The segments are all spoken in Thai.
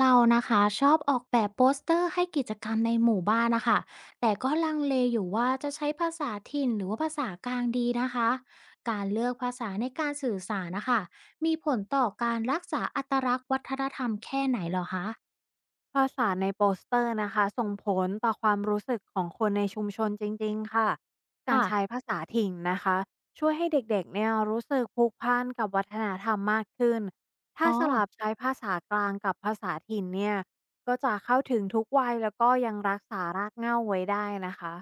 เรานะคะชอบออกแบบโปสเตอร์ให้กิจกรรมในหมู่บ้านนะคะแต่ก็ลังเลอยู่ว่าจะใช้ภาษาถิ่นหรือว่าภาษากลางดีนะคะการเลือกภาษาในการสื่อสารนะคะมีผลต่อการรักษาอัตลักษณ์วัฒนธรรมแค่ไหนเหรอคะภาษาในโปสเตอร์นะคะส่งผลต่อความรู้สึกของคนในชุมชนจริงๆค่ะการค่ะใช้ภาษาถิ่นนะคะช่วยให้เด็กๆเนี่ยรู้สึกผูกพันกับวัฒนธรรมมากขึ้นถ้าอ๋อสลับใช้ภาษากลางกับภาษาถิ่นเนี่ยก็จะเข้าถึงทุกวัยแล้วก็ยังรักษารากเหง้าไว้ได้นะคะ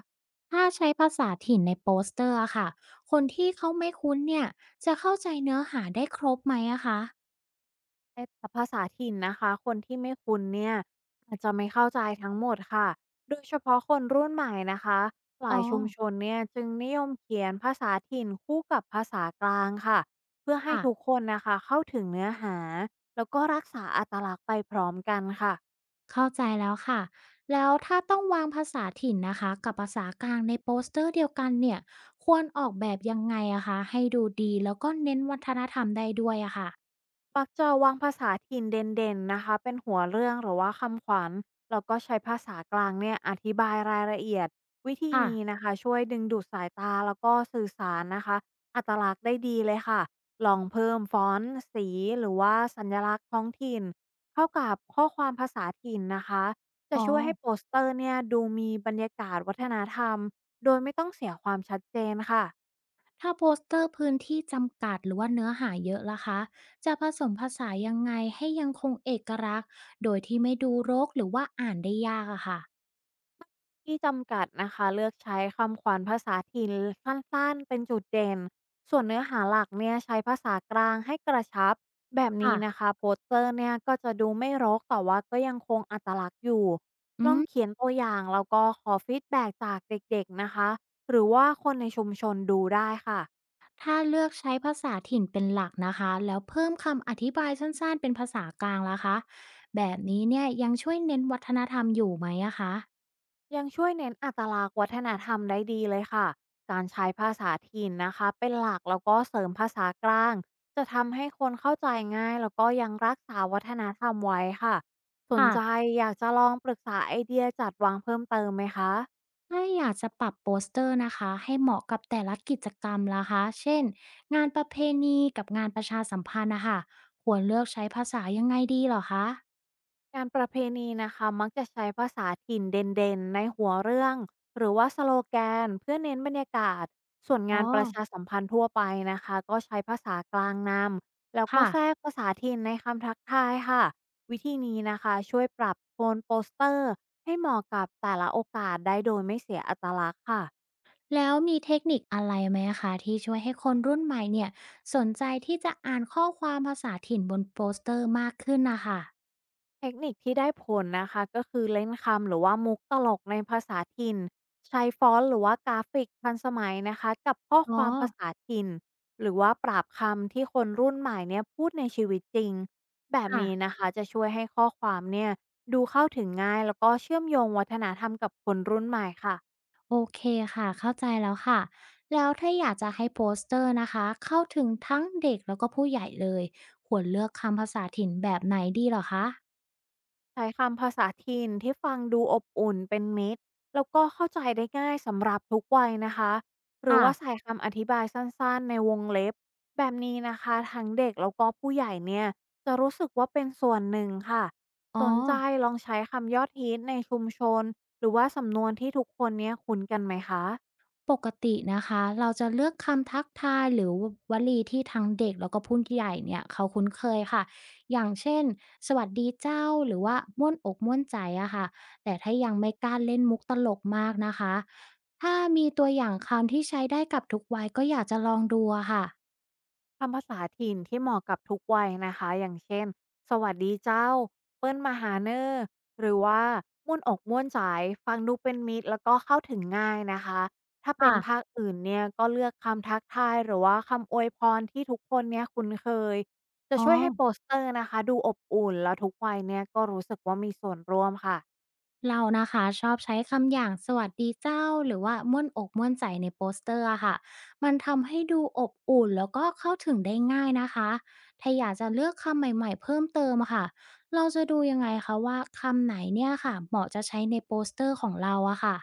ถ้าใช้ภาษาถิ่นในโปสเตอร์อะค่ะคนที่เขาไม่คุ้นเนี่ยจะเข้าใจเนื้อหาได้ครบไหมอะคะไอ้ภาษาถิ่นนะคะคนที่ไม่คุ้นเนี่ยอาจจะไม่เข้าใจทั้งหมดค่ะโดยเฉพาะคนรุ่นใหม่นะคะหลาอ๋อยชุมชนเนี่ยจึงนิยมเขียนภาษาถิ่นคู่กับภาษากลางค่ะเพื่อให้ค่ะ ทุกคนนะคะเข้าถึงเนื้อหาแล้วก็รักษาอัตลักษณ์ไปพร้อมกันค่ะ เข้าใจแล้วค่ะ แล้วถ้าต้องวางภาษาถิ่นนะคะกับภาษากลางในโปสเตอร์เดียวกันเนี่ยควรออกแบบยังไงอะคะให้ดูดีแล้วก็เน้นวัฒนธรรมได้ด้วยอะค่ะมักจะวางภาษาถิ่นเด่นๆนะคะเป็นหัวเรื่องหรือว่าคำขวัญแล้วก็ใช้ภาษากลางเนี่ยอธิบายรายละเอียดวิธีค่ะนี้นะคะช่วยดึงดูดสายตาแล้วก็สื่อสารนะคะอัตลักษณ์ได้ดีเลยค่ะลองเพิ่มฟอนต์สีหรือว่าสัญลักษณ์ท้องถิ่นเข้ากับข้อความภาษาถิ่นนะคะจะอ๋อช่วยให้โปสเตอร์เนี่ยดูมีบรรยากาศวัฒนธรรมโดยไม่ต้องเสียความชัดเจนค่ะ ถ้าโปสเตอร์พื้นที่จำกัดหรือว่าเนื้อหาเยอะล่ะคะจะผสมภาษายังไงให้ยังคงเอกลักษณ์โดยที่ไม่ดูรกหรือว่าอ่านได้ยากอะค่ะที่จำกัดนะคะเลือกใช้คำขวัญภาษาถิ่นสั้นๆเป็นจุดเด่นส่วนเนื้อหาหลักเนี่ยใช้ภาษากลางให้กระชับแบบนี้ค่ะนะคะโปสเตอร์เนี่ยก็จะดูไม่รกแต่ว่าก็ยังคงอัตลักษณ์อยู่ลอืองม เขียนตัวอย่างแล้วก็ขอฟีดแบ็จากเด็กๆนะคะหรือว่าคนในชุมชนดูได้ค่ะ ถ้าเลือกใช้ภาษาถิ่นเป็นหลักนะคะ แล้วเพิ่มคำอธิบายสั้นๆเป็นภาษากลางล่ะคะแบบนี้เนี่ยยังช่วยเน้นวัฒนธรรมอยู่ไหมอะคะยังช่วยเน้นอัตลักษณ์วัฒนธรรมได้ดีเลยค่ะ การใช้ภาษาถิ่นนะคะเป็นหลักแล้วก็เสริมภาษากลางจะทำให้คนเข้าใจง่ายแล้วก็ยังรักษาวัฒนธรรมไว้ค่ะ สนค่ะใจอยากจะลองปรึกษาไอเดียจัดวางเพิ่มเติมไหมคะ ถ้าอยากจะปรับโปสเตอร์นะคะให้เหมาะกับแต่ละกิจกรรมล่ะคะ เช่นงานประเพณีกับงานประชาสัมพันธ์นะคะควรเลือกใช้ภาษายังไงดีเหรอคะงานประเพณีนะคะมักจะใช้ภาษาถิ่นเด่นๆในหัวเรื่องหรือว่าสโลแกนเพื่อเน้นบรรยากาศส่วนอ๋องานประชาสัมพันธ์ทั่วไปนะคะก็ใช้ภาษากลางนำแล้วก็ค่ะแทรกภาษาถิ่นในคำทักทายค่ะวิธีนี้นะคะช่วยปรับโทนโปสเตอร์ให้เหมาะกับแต่ละโอกาสได้โดยไม่เสียอัตลักษณ์ค่ะ แล้วมีเทคนิคอะไรไหมคะที่ช่วยให้คนรุ่นใหม่เนี่ยสนใจที่จะอ่านข้อความภาษาถิ่นบนโปสเตอร์มากขึ้นนะคะ เทคนิคที่ได้ผลนะคะก็คือเล่นคำหรือว่ามุกตลกในภาษาถิ่นใช้ฟอนต์หรือว่ากราฟิกทันสมัยนะคะกับข้ออ๋คอวามภาษาถิ่นหรือว่าปราบคำที่คนรุ่นใหม่เนี่ยพูดในชีวิตจริงแบบค่ะนี้นะคะจะช่วยให้ข้อความเนี่ยดูเข้าถึงง่ายแล้วก็เชื่อมโยงวัฒนธรรมกับคนรุ่นใหม่ค่ะ โอเคค่ะ เข้าใจแล้วค่ะ แล้วถ้าอยากจะให้โปสเตอร์นะคะเข้าถึงทั้งเด็กแล้วก็ผู้ใหญ่เลยควรเลือกคำภาษาถิ่นแบบไหนดีเหรอคะใช้คำภาษาถิ่นที่ฟังดูอบอุ่นเป็นมิตรแล้วก็เข้าใจได้ง่ายสำหรับทุกวัยนะคะหรือค่ะว่าใส่คำอธิบายสั้นๆในวงเล็บแบบนี้นะคะทั้งเด็กแล้วก็ผู้ใหญ่เนี่ยจะรู้สึกว่าเป็นส่วนหนึ่งค่ะอ๋อ สนใจลองใช้คำยอดฮิตในชุมชนหรือว่าสำนวนที่ทุกคนเนี่ยคุ้นกันไหมคะ ปกตินะคะเราจะเลือกคำทักทายหรือวลีที่ทั้งเด็กแล้วก็ผู้ใหญ่เนี่ยเขาคุ้นเคยค่ะอย่างเช่นสวัสดีเจ้าหรือว่าม่วนอกม่วนใจอะค่ะแต่ถ้ายังไม่กล้าเล่นมุกตลกมากนะคะถ้ามีตัวอย่างคำที่ใช้ได้กับทุกวัยก็อยากจะลองดูอะค่ะคำภาษาถิ่นที่เหมาะกับทุกวัยนะคะอย่างเช่นสวัสดีเจ้าเปิ้นมาหาเนอร์หรือว่าม่วนอกม่วนใจฟังดูเป็นมิตรแล้วก็เข้าถึงง่ายนะคะถ้าเป็นค่ะภาคอื่นเนี่ยก็เลือกคำทักทายหรือว่าคำอวยพรที่ทุกคนเนี่ยคุ้นเคยจะอ๋อ ช่วยให้โปสเตอร์นะคะดูอบอุ่นแล้วทุกวัยเนี่ยก็รู้สึกว่ามีส่วนร่วมค่ะ เรานะคะชอบใช้คำอย่างสวัสดีเจ้าหรือว่าม่วนอกม่วนใจในโปสเตอร์อะค่ะมันทำให้ดูอบอุ่นแล้วก็เข้าถึงได้ง่ายนะคะถ้าอยากจะเลือกคำใหม่ๆเพิ่มเติมอะค่ะเราจะดูยังไงคะว่าคำไหนเนี่ยค่ะเหมาะจะใช้ในโปสเตอร์ของเราอะค่ะ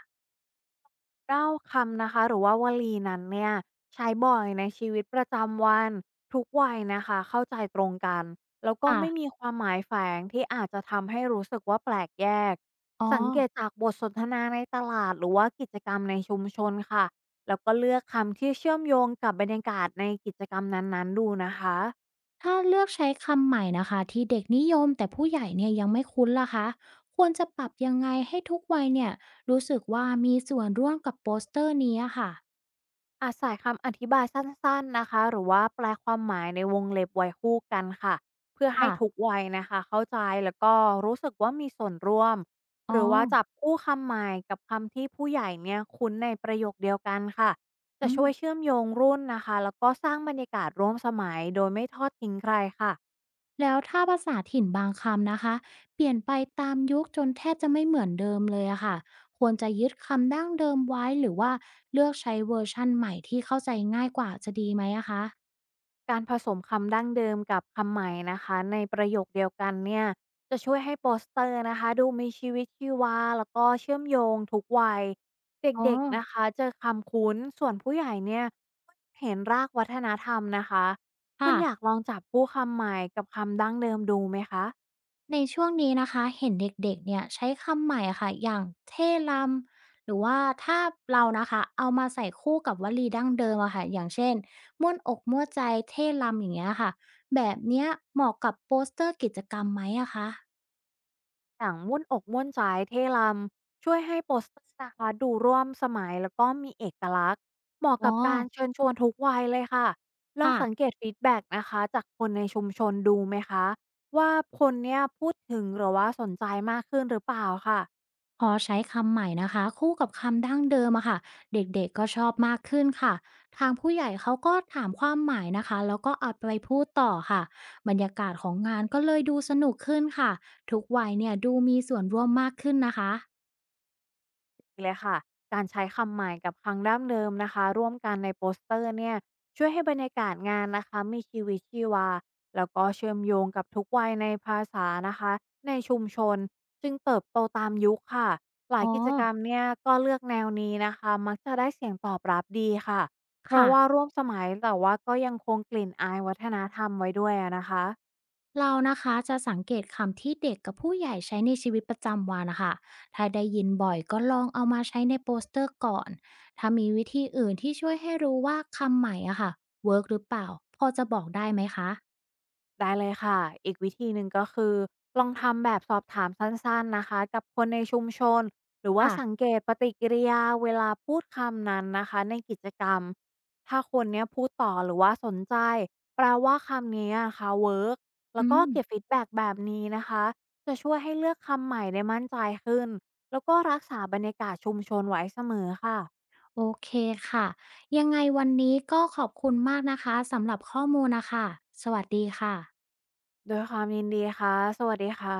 เก้าคำนะคะหรือว่าวลีนั้นเนี่ยใช้บ่อยในชีวิตประจำวันทุกวัยนะคะเข้าใจตรงกันแล้วก็ค่ะไม่มีความหมายแฝงที่อาจจะทำให้รู้สึกว่าแปลกแยกอ๋อสังเกตจากบทสนทนาในตลาดหรือว่ากิจกรรมในชุมชนค่ะแล้วก็เลือกคำที่เชื่อมโยงกับบรรยากาศในกิจกรรมนั้นๆดูนะคะ ถ้าเลือกใช้คำใหม่นะคะที่เด็กนิยมแต่ผู้ใหญ่เนี่ยยังไม่คุ้นล่ะคะควรจะปรับยังไงให้ทุกวัยเนี่ยรู้สึกว่ามีส่วนร่วมกับโปสเตอร์นี้อะค่ะอาศัยคำอธิบายสั้นๆ นะคะหรือว่าแปลความหมายในวงเล็บไว้คู่กันค่ะเพื่อให้ค่ะทุกวัยนะคะเข้าใจแล้วก็รู้สึกว่ามีส่วนร่วมอ๋หอ รือว่าจับคู่คำใหม่กับคำที่ผู้ใหญ่เนี่ยคุ้นในประโยคเดียวกันค่ะจะอืมช่วยเชื่อมโยงรุ่นนะคะแล้วก็สร้างบรรยากาศร่วมสมัยโดยไม่ทอดทิ้งใครค่ะ แล้วถ้าภาษาถิ่นบางคำนะคะเปลี่ยนไปตามยุคจนแทบจะไม่เหมือนเดิมเลยอะค่ะควรจะยึดคำดั้งเดิมไว้หรือว่าเลือกใช้เวอร์ชันใหม่ที่เข้าใจง่ายกว่าจะดีไหมอะคะการผสมคำดั้งเดิมกับคำใหม่นะคะในประโยคเดียวกันเนี่ยจะช่วยให้โปสเตอร์นะคะดูมีชีวิตชีวาแล้วก็เชื่อมโยงทุกวัยเอ๋อด็กๆนะคะเจอคำคุ้นส่วนผู้ใหญ่เนี่ยเห็นรากวัฒนธรรมนะคะคุณอยากค่ะลองจับผู้คำใหม่กับคำดั้งเดิมดูไหมคะ ในช่วงนี้นะคะเห็นเด็กๆเนี่ยใช้คำใหม่อะค่ะอย่างเท่ลำหรือว่าถ้าเรานะคะเอามาใส่คู่กับวลีดั้งเดิมอะค่ะอย่างเช่นม่วนอกม่วนใจเท่ลำอย่างเงี้ยค่ะแบบเนี้ยเหมาะกับโปสเตอร์กิจกรรมไหมอะคะหนังม่วนอกม่วนใจเท่ล้ำช่วยให้โปสเตอร์นะคะดูร่วมสมัยแล้วก็มีเอกลักษณ์เหมาะอ๋อ กับการเชิญชวนทุกวัยเลยค่ะลองค่ะสังเกตฟีดแบ็กนะคะจากคนในชุมชนดูไหมคะว่าคนเนี่ยพูดถึงหรือว่าสนใจมากขึ้นหรือเปล่าค่ะ พอใช้คำใหม่นะคะคู่กับคำดั้งเดิมอะค่ะเด็กๆก็ชอบมากขึ้นค่ะทางผู้ใหญ่เขาก็ถามความหมายนะคะแล้วก็เอาไปพูดต่อค่ะบรรยากาศของงานก็เลยดูสนุกขึ้นค่ะทุกวัยเนี่ยดูมีส่วนร่วมมากขึ้นนะคะเลยค่ะการใช้คำใหม่กับคำดั้งเดิมนะคะร่วมกันในโปสเตอร์เนี่ยช่วยให้บรรยากาศงานนะคะมีชีวิตชีวาแล้วก็เชื่อมโยงกับทุกวัยในภาษานะคะในชุมชนจึงเติบโตตามยุคค่ะหลายอ๋อกิจกรรมเนี่ยก็เลือกแนวนี้นะคะมักจะได้เสียงตอบรับดีค่ะเพราะว่าค่ะ ร่วมสมัยแต่ว่าก็ยังคงกลิ่นอายวัฒนธรรมไว้ด้วยอะนะคะ เรานะคะจะสังเกตคำที่เด็กกับผู้ใหญ่ใช้ในชีวิตประจำวันนะคะถ้าได้ยินบ่อยก็ลองเอามาใช้ในโปสเตอร์ก่อนถ้ามีวิธีอื่นที่ช่วยให้รู้ว่าคำใหม่อะค่ะเวิร์กหรือเปล่าพอจะบอกได้ไหมคะได้เลยค่ะอีกวิธีหนึ่งก็คือลองทำแบบสอบถามสั้นๆนะคะกับคนในชุมชนหรือว่าค่ะสังเกตปฏิกิริยาเวลาพูดคำนั้นนะคะในกิจกรรมถ้าคนเนี้ยพูดต่อหรือว่าสนใจแปลว่าคำนี้นะคะเวิร์กแล้วอืก็มเก็บฟีดแบ็กแบบนี้นะคะจะช่วยให้เลือกคำใหม่ได้มั่นใจขึ้นแล้วก็รักษาบรรยากาศชุมชนไว้เสมอค่ะโอเคค่ะยังไงวันนี้ก็ขอบคุณมากนะคะสำหรับข้อมูลนะคะสวัสดีค่ะโดวยความยินดีค่ะสวัสดีค่ะ